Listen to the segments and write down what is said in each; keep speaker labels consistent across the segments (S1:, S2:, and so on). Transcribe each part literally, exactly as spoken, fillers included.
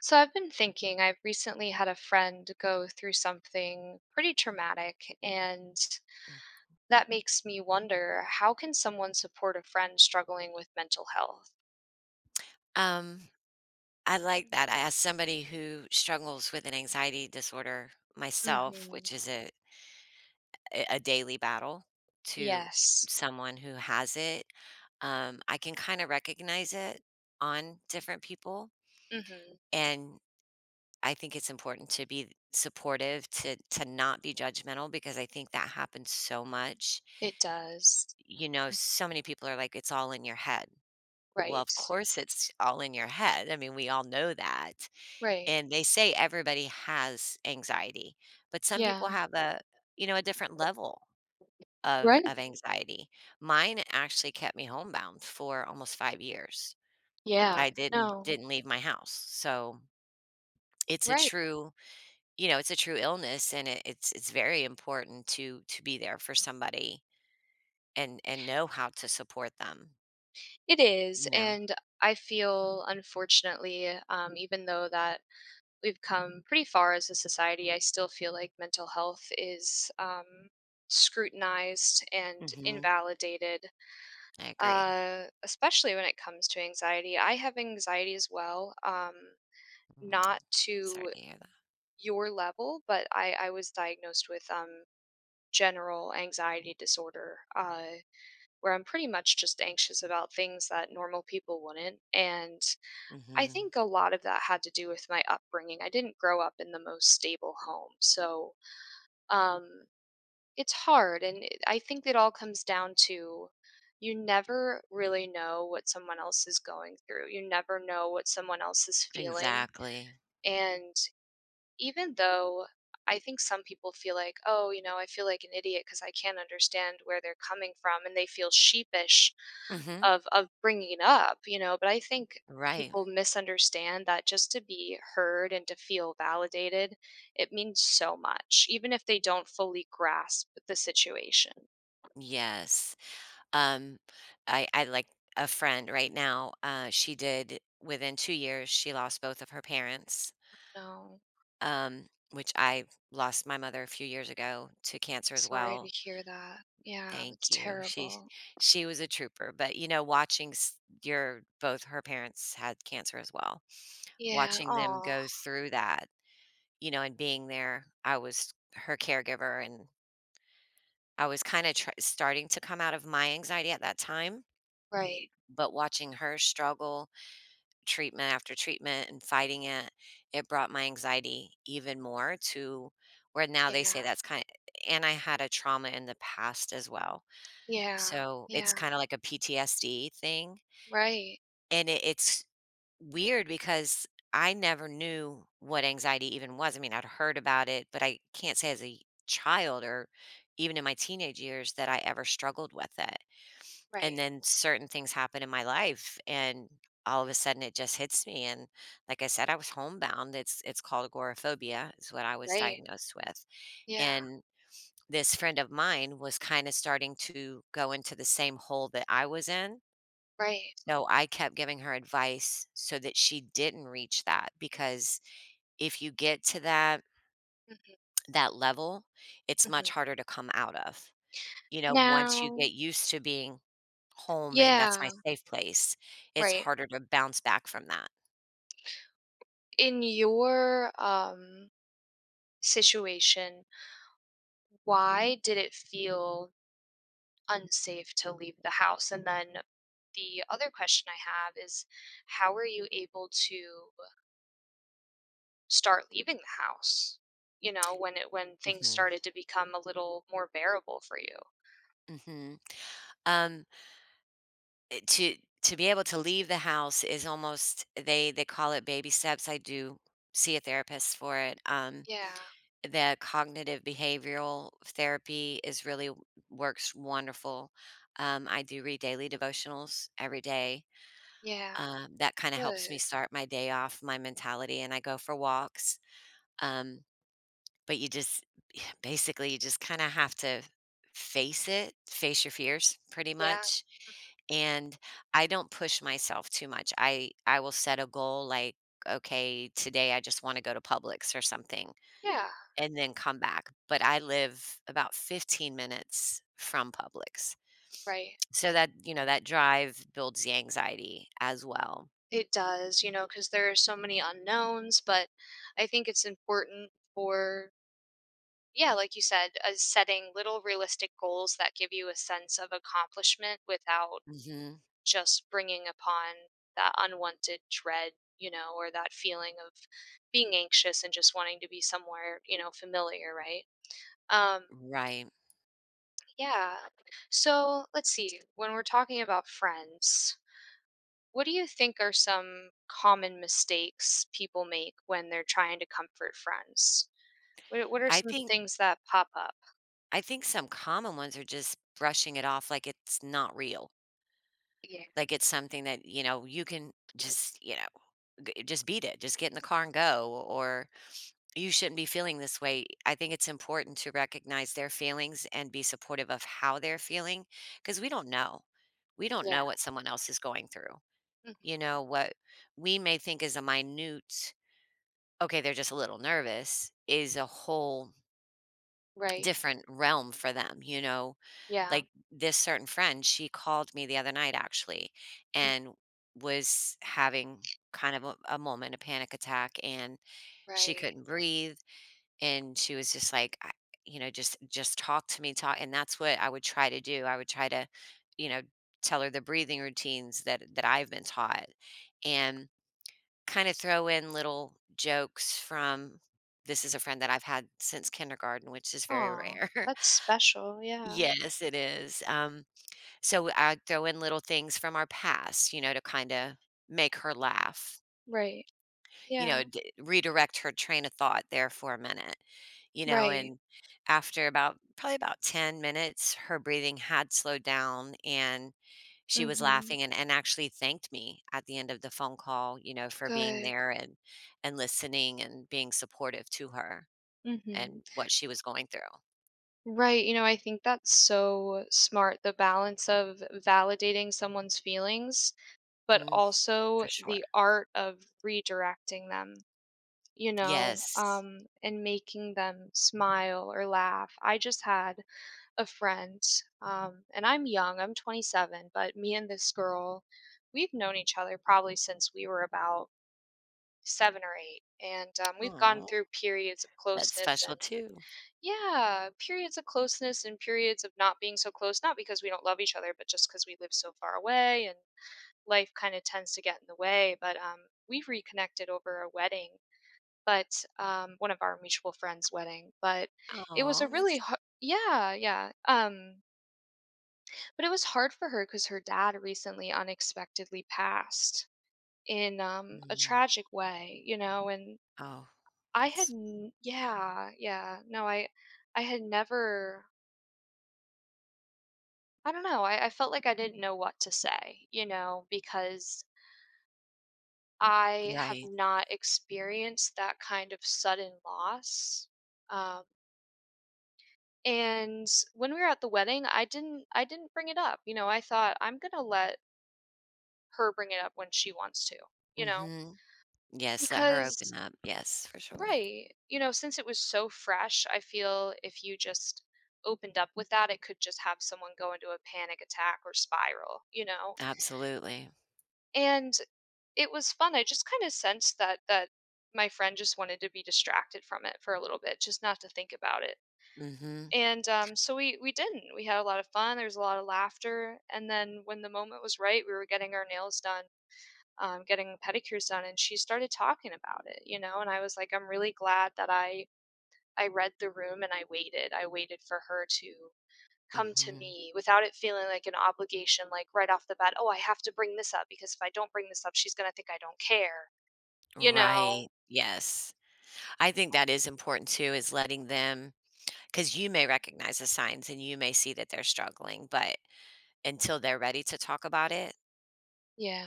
S1: So I've been thinking, I've recently had a friend go through something pretty traumatic, and that makes me wonder, how can someone support a friend struggling with mental health?
S2: Um, I like that. I as somebody who struggles with an anxiety disorder myself,
S1: Hmm.
S2: which is a a a daily battle to
S1: Yes.
S2: someone who has it, um, I can kinda recognize it on different people,
S1: Hmm.
S2: and I think it's important to be supportive, to to not be judgmental because I think that happens so much.
S1: It does.
S2: You know,
S1: Mm,
S2: so many people are like, it's all in your head. Well,
S1: Right.
S2: of course, it's all in your head. I mean, we all know that.
S1: Right.
S2: And they say everybody has anxiety, but some people
S1: Yeah.
S2: have a, you know, a different level of, of
S1: Right.
S2: anxiety. Mine actually kept me homebound for almost five years. I
S1: Yeah.
S2: didn't,
S1: No.
S2: didn't leave my house. So it's a
S1: Right.
S2: true, you know, it's a true illness and it, it's, it's very important to, to be there for somebody and, and know how to support them,
S1: It is.
S2: you know?
S1: And I feel, unfortunately, um, even though that we've come pretty far as a society, I still feel like mental health is um, scrutinized and
S2: Hmm.
S1: invalidated,
S2: I agree.
S1: uh, especially when it comes to anxiety. I have anxiety as well, um,
S2: Mm.
S1: not
S2: Sorry
S1: to
S2: to hear
S1: your level, but I, I was diagnosed with um, general anxiety disorder. Uh, where I'm pretty much just anxious about things that normal people wouldn't. And
S2: that.
S1: I
S2: Mhm.
S1: think a lot of that had to do with my upbringing. I didn't grow up in the most stable home, so, um, it's hard, and it I think it all comes down to you never really know what someone else is going through. You never know what someone else is feeling,
S2: Exactly.
S1: and even though I think some people feel like, "Oh, you know, I feel like an idiot because I can't understand where they're coming from," and they feel sheepish
S2: Mhm.
S1: of of bringing up, you know, but I think
S2: Right.
S1: people misunderstand that just to be heard and to feel validated, it means so much, even if they don't fully grasp the situation.
S2: Yes. Um, I I like a friend right now, uh, she did within two years, she lost both of her parents,
S1: No,
S2: um, which I lost my mother a few years ago to cancer as
S1: sorry to
S2: well.
S1: hear that. Yeah, it's
S2: Thank you. She
S1: terrible.
S2: she was a trooper, but, you know, watching s your both her parents had cancer as well.
S1: Yeah.
S2: Watching them
S1: Oh,
S2: go through that, you know, and being there, I was her caregiver and I was kind of tr- starting to come out of my anxiety at that time.
S1: right.
S2: But watching her struggle treatment after treatment and fighting it, it brought my anxiety even more to where now they say
S1: Yeah.
S2: that's kind of, and I had a trauma in the past as well.
S1: Yeah.
S2: So it's
S1: Yeah.
S2: kind of like a P T S D thing.
S1: Right.
S2: And it, it's weird because I never knew what anxiety even was. I mean, I'd heard about it, but I can't say as a child or even in my teenage years that I ever struggled with it. And
S1: Right.
S2: then certain things happen in my life and all of a sudden it just hits me and like I said, I was homebound. It's it's called agoraphobia is what I was
S1: Right.
S2: diagnosed with.
S1: Yeah.
S2: And this friend of mine was kind of starting to go into the same hole that I was in,
S1: Right.
S2: so I kept giving her advice so that she didn't reach that because if you get to that
S1: Mhm,
S2: that level, it's much
S1: mhm.
S2: harder to come out of. You know, once you
S1: Now
S2: get used to being home and that's my
S1: yeah,
S2: safe place, it's
S1: right.
S2: harder to bounce back from that.
S1: In your, um, situation, why did it feel unsafe to leave the house? And then the other question I have is, how were you able to start leaving the house, you know, when it when things
S2: Mhm.
S1: started to become a little more bearable for you?
S2: Mhm. Um, eh, to to be able to leave the house is almost they they call it baby steps. I do see a therapist for it. Um,
S1: Yeah.
S2: the cognitive behavioral therapy is really w- works wonderful. Um, I do read daily devotionals every day.
S1: Yeah.
S2: Um, that kind of helps me
S1: Good.
S2: start my day off, my mentality, and I go for walks. Um, but you just basically you just kind of have to face it, face your fears, pretty
S1: Yeah.
S2: much. And I don't push myself too much. I I will set a goal like, okay, today I just want to go to Publix or something
S1: Yeah.
S2: and then come back, but I live about fifteen minutes from Publix.
S1: Right.
S2: So that, you know, that drive builds the anxiety as well.
S1: It does, you know, because there are so many unknowns, but I think it's important for, yeah, like you said, uh, setting little realistic goals that give you a sense of accomplishment without
S2: Mhm.
S1: just bringing upon that unwanted dread, you know, or that feeling of being anxious and just wanting to be somewhere, you know, familiar, right? Um,
S2: Right.
S1: yeah. So let's see. When we're talking about friends, what do you think are some common mistakes people make when they're trying to comfort friends? What what are
S2: I
S1: some
S2: think,
S1: things that pop up?
S2: I think some common ones are just brushing it off like it's not real.
S1: Yeah.
S2: Like it's something that, you know, you can just, you know, g- just beat it. Just get in the car and go, or you shouldn't be feeling this way. I think it's important to recognize their feelings and be supportive of how they're feeling because we don't know. We don't know
S1: Yeah.
S2: what someone else is going through.
S1: Mhm.
S2: You know, what we may think is a minute, okay, they're just a little nervous, is a whole
S1: Right.
S2: different realm for them. You know,
S1: Yeah.
S2: like this certain friend, she called me the other night actually
S1: Mm.
S2: and was having kind of a, a moment, a panic attack, and she
S1: Right.
S2: couldn't breathe and she was just like I, you know just just talk to me talk, and that's what I would try to do. I would try to, you know tell her the breathing routines that that I've been taught, and kind of throw in little jokes from, this is a friend that I've had since kindergarten, which is very
S1: Oh,
S2: rare.
S1: that's special. Yeah.
S2: Yes, it is. Um so I throw in little things from our past, you know to kind of make her laugh,
S1: Right.
S2: you
S1: Yeah.
S2: know, d redirect her train of thought there for a minute, you know,
S1: Right.
S2: and after about probably about ten minutes, her breathing had slowed down and she was
S1: Mhm.
S2: laughing and and actually thanked me at the end of the phone call, you know, for being
S1: Good.
S2: there and and listening and being supportive to her
S1: Mhm.
S2: and what she was going through.
S1: Right, you know, I think that's so smart, the balance of validating someone's feelings, but
S2: Mhm, for
S1: also
S2: sure.
S1: the art of redirecting them. You know,
S2: Yes.
S1: um, and making them smile or laugh. I just had a friend, um, and I'm young, I'm twenty-seven, but me and this girl, we've known each other probably since we were about seven or eight. And um, we've gone
S2: Aw,
S1: through periods of
S2: that's
S1: closeness and
S2: special too.
S1: yeah, periods of closeness and periods of not being so close, not because we don't love each other, but just because we live so far away and life kind of tends to get in the way. But um, we've reconnected over a wedding but um, one of our mutual friends' wedding. But it was
S2: Oh,
S1: a
S2: that's
S1: really har yeah, yeah. Um, but it was hard for her because her dad recently unexpectedly passed in um, a
S2: mm,
S1: tragic way, you know. And
S2: oh,
S1: I had,
S2: that's
S1: n- yeah, yeah. No, I, I had never. I don't know. I, I felt like I didn't know what to say, you know, because I have
S2: right.
S1: not experienced that kind of sudden loss. Um, And when we were at the wedding, I didn't I didn't bring it up. You know, I thought, I'm going to let her bring it up when she wants to, you know.
S2: Mhm. Yes, let her open
S1: Because
S2: up. Yes, for sure.
S1: right, you know, since it was so fresh, I feel if you just opened up with that, it could just have someone go into a panic attack or spiral, you know.
S2: Absolutely.
S1: And it was fun. I just kind of sensed that that my friend just wanted to be distracted from it for a little bit, just not to think about it.
S2: Mhm,
S1: And um, so we we didn't. We had a lot of fun. There was a lot of laughter. And then when the moment was right, we were getting our nails done, um, getting pedicures done, and she started talking about it, you know. And I was like, I'm really glad that I I read the room and I waited. I waited for her to come to
S2: mhm.
S1: me without it feeling like an obligation, like right off the bat. Oh, I have to bring this up because if I don't bring this up, she's gonna think I don't care, you know.
S2: Right. Yes. I think that is important too, is letting them, because you may recognize the signs and you may see that they're struggling, but until they're ready to talk about it,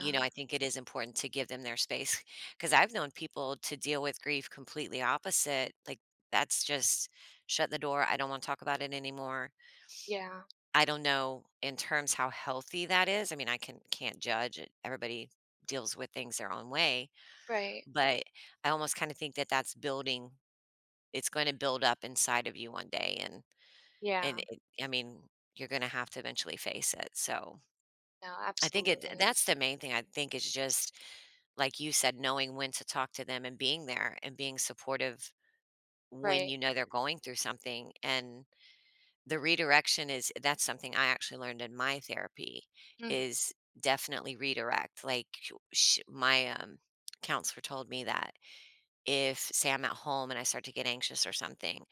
S2: you know, I think it is important to give them their space. Because 'cause I've known people to deal with grief completely opposite, like, that's just, "Shut the door, I don't wanna talk about it anymore."
S1: Yeah.
S2: I don't know in terms how healthy that is. I mean, I can can't judge it. Everybody deals with things their own way,
S1: Right.
S2: but I almost kind of think that that's building. It's going to build up inside of you one day, and and
S1: Yeah.
S2: it, I mean, you're going to have to eventually face it. So
S1: No.
S2: I think it
S1: Absolutely.
S2: that's the main thing. I think is just like you said, knowing when to talk to them and being there and being supportive when
S1: Right.
S2: you know they're going through something. And the redirection is, that's something I actually learned in my therapy,
S1: Hmm.
S2: is definitely redirect. Like sh my, um, counselor told me that if, say, I'm at home and I start to get anxious or something,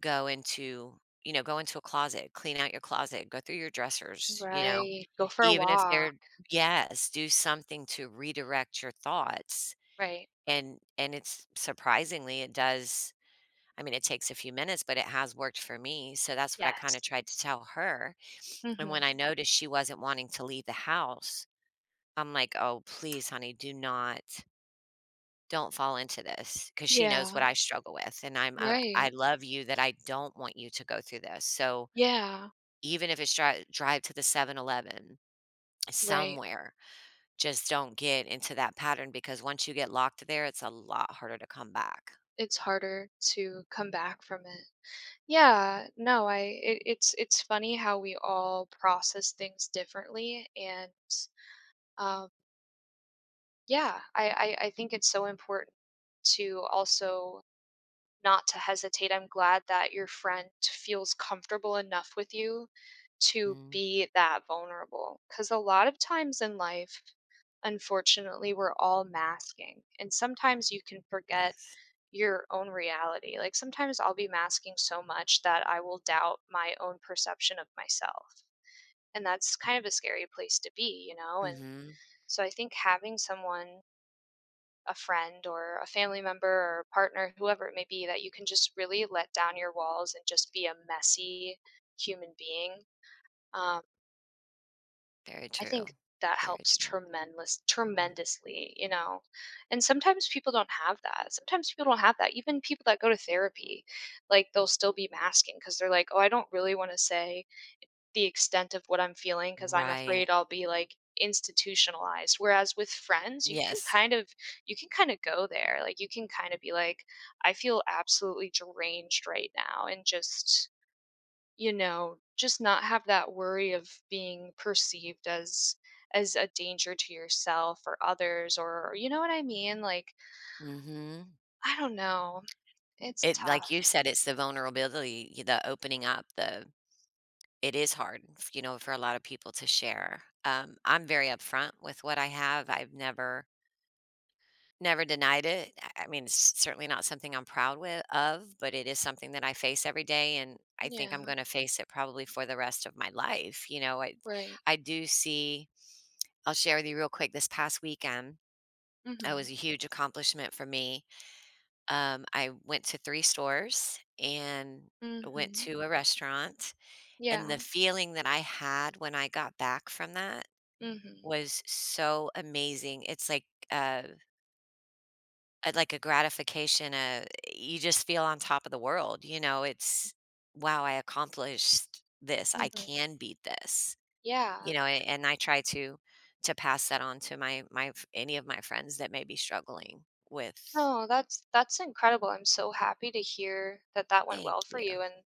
S2: go into you know, go into a closet, clean out your closet, go through your dressers, you know,
S1: Right. Go for a
S2: even if
S1: walk.
S2: they're, yes, do something to redirect your thoughts.
S1: Right.
S2: And and it's surprisingly, it does. I mean, it takes a few minutes, but it has worked for me. So that's what I kind of
S1: Yes.
S2: tried to tell her. And when
S1: Mhm.
S2: I noticed she wasn't wanting to leave the house, I'm like, "Oh, please, honey, do not, don't fall into this." Because she knows what
S1: Yeah,
S2: I struggle with, and I'm I I
S1: right.
S2: love you, that I don't want you to go through this, so
S1: Yeah,
S2: even if it's dri drive to the Seven Eleven
S1: right.
S2: somewhere, just don't get into that pattern because once you get locked there, it's a lot harder to come back.
S1: It's harder to come back from it. Yeah, no, I it, it's it's funny how we all process things differently and um yeah, I, I I think it's so important to also not to hesitate. I'm glad that your friend feels comfortable enough with you to
S2: Mm,
S1: be that vulnerable. Because a lot of times in life, unfortunately, we're all masking. And sometimes you can forget
S2: yes.
S1: your own reality. Like sometimes I'll be masking so much that I will doubt my own perception of myself. And that's kind of a scary place to be, you know? And
S2: Mhm.
S1: so I think having someone, a friend or a family member or a partner, whoever it may be, that you can just really let down your walls and just be a messy human being. Um,
S2: Very
S1: I think
S2: true.
S1: that
S2: Very
S1: helps
S2: true.
S1: tremendous,
S2: Mm.
S1: tremendously, you know. And sometimes people don't have that. Sometimes people don't have that. Even people that go to therapy, like they'll still be masking because they're like, oh, I don't really want to say the extent of what I'm feeling, because 'cause I'm
S2: Right.
S1: afraid I'll be, like, institutionalized, whereas with friends, you can
S2: Yes.
S1: kind of you can kinda go there, like, you can kinda be like, "I feel absolutely deranged right now," and just, you know, just not have that worry of being perceived as as a danger to yourself or others or you know what I mean? Like,
S2: Mhm.
S1: I don't know. It's
S2: It, like
S1: tough.
S2: you said, it's the vulnerability, y the opening up, the it is hard, f you know, for a lot of people to share. Um, I'm very upfront with what I have. I've never never denied it. I I mean, it's certainly not something I'm proud with of, but it is something that I face every day, and I think I'm
S1: Yeah,
S2: gonna face it probably for the rest of my life, you know, I
S1: right.
S2: I do see, I'll share with you real quick, this past weekend, it
S1: Mhm.
S2: was a huge accomplishment for me. Um, I went to three stores and went
S1: Mhm.
S2: to a restaurant, and
S1: Yeah.
S2: the feeling that I had when I got back from that
S1: Mhm.
S2: was so amazing. It's like, uh, uh, like a gratification, uh, you just feel on top of the world, you know, it's, "Wow, I accomplished this. I
S1: Mhm.
S2: can beat this."
S1: Yeah.
S2: You know, a and I try to to pass that on to my my f any of my friends that may be struggling with.
S1: No, that's that's incredible. I'm so happy to hear that that went
S2: Thank
S1: well for
S2: you,
S1: you, and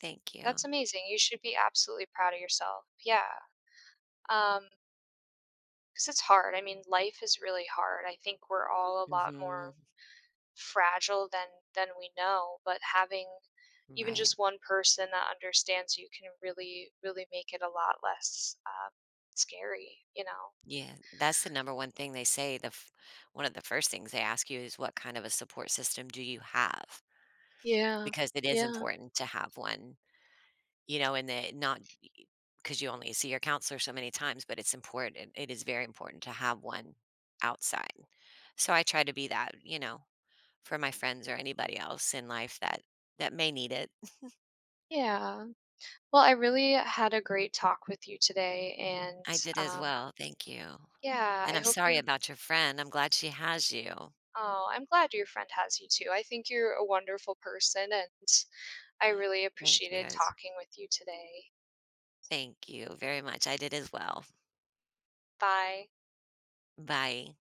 S2: thank you.
S1: that's amazing. You should be absolutely proud of yourself. Yeah. Um, because it's hard. I mean, life is really hard. I think we're all a lot more
S2: Mhm.
S1: fragile than than we know, but having even
S2: Right.
S1: just one person that understands you can really, really make it a lot less uh, scary, you know?
S2: Yeah. That's the number one thing they say. The f- one of the first things they ask you is what kind of a support system do you have?
S1: Yeah.
S2: Because it is
S1: Yeah.
S2: important to have one, you know, and that not because you only see your counselor so many times, but it's important. It is very important to have one outside. So I try to be that, you know, for my friends or anybody else in life that that may need it.
S1: Yeah. Well, I really had a great talk with you today, and
S2: I did as
S1: um,
S2: well. Thank you.
S1: yeah,
S2: And
S1: I
S2: I'm
S1: hope
S2: sorry
S1: you.
S2: about your friend. I'm glad she has you.
S1: Oh, I'm glad your friend has you too. I think you're a wonderful person and I really
S2: Thank you.
S1: appreciated talking with you today.
S2: Thank you very much. I did as well.
S1: Bye.
S2: Bye.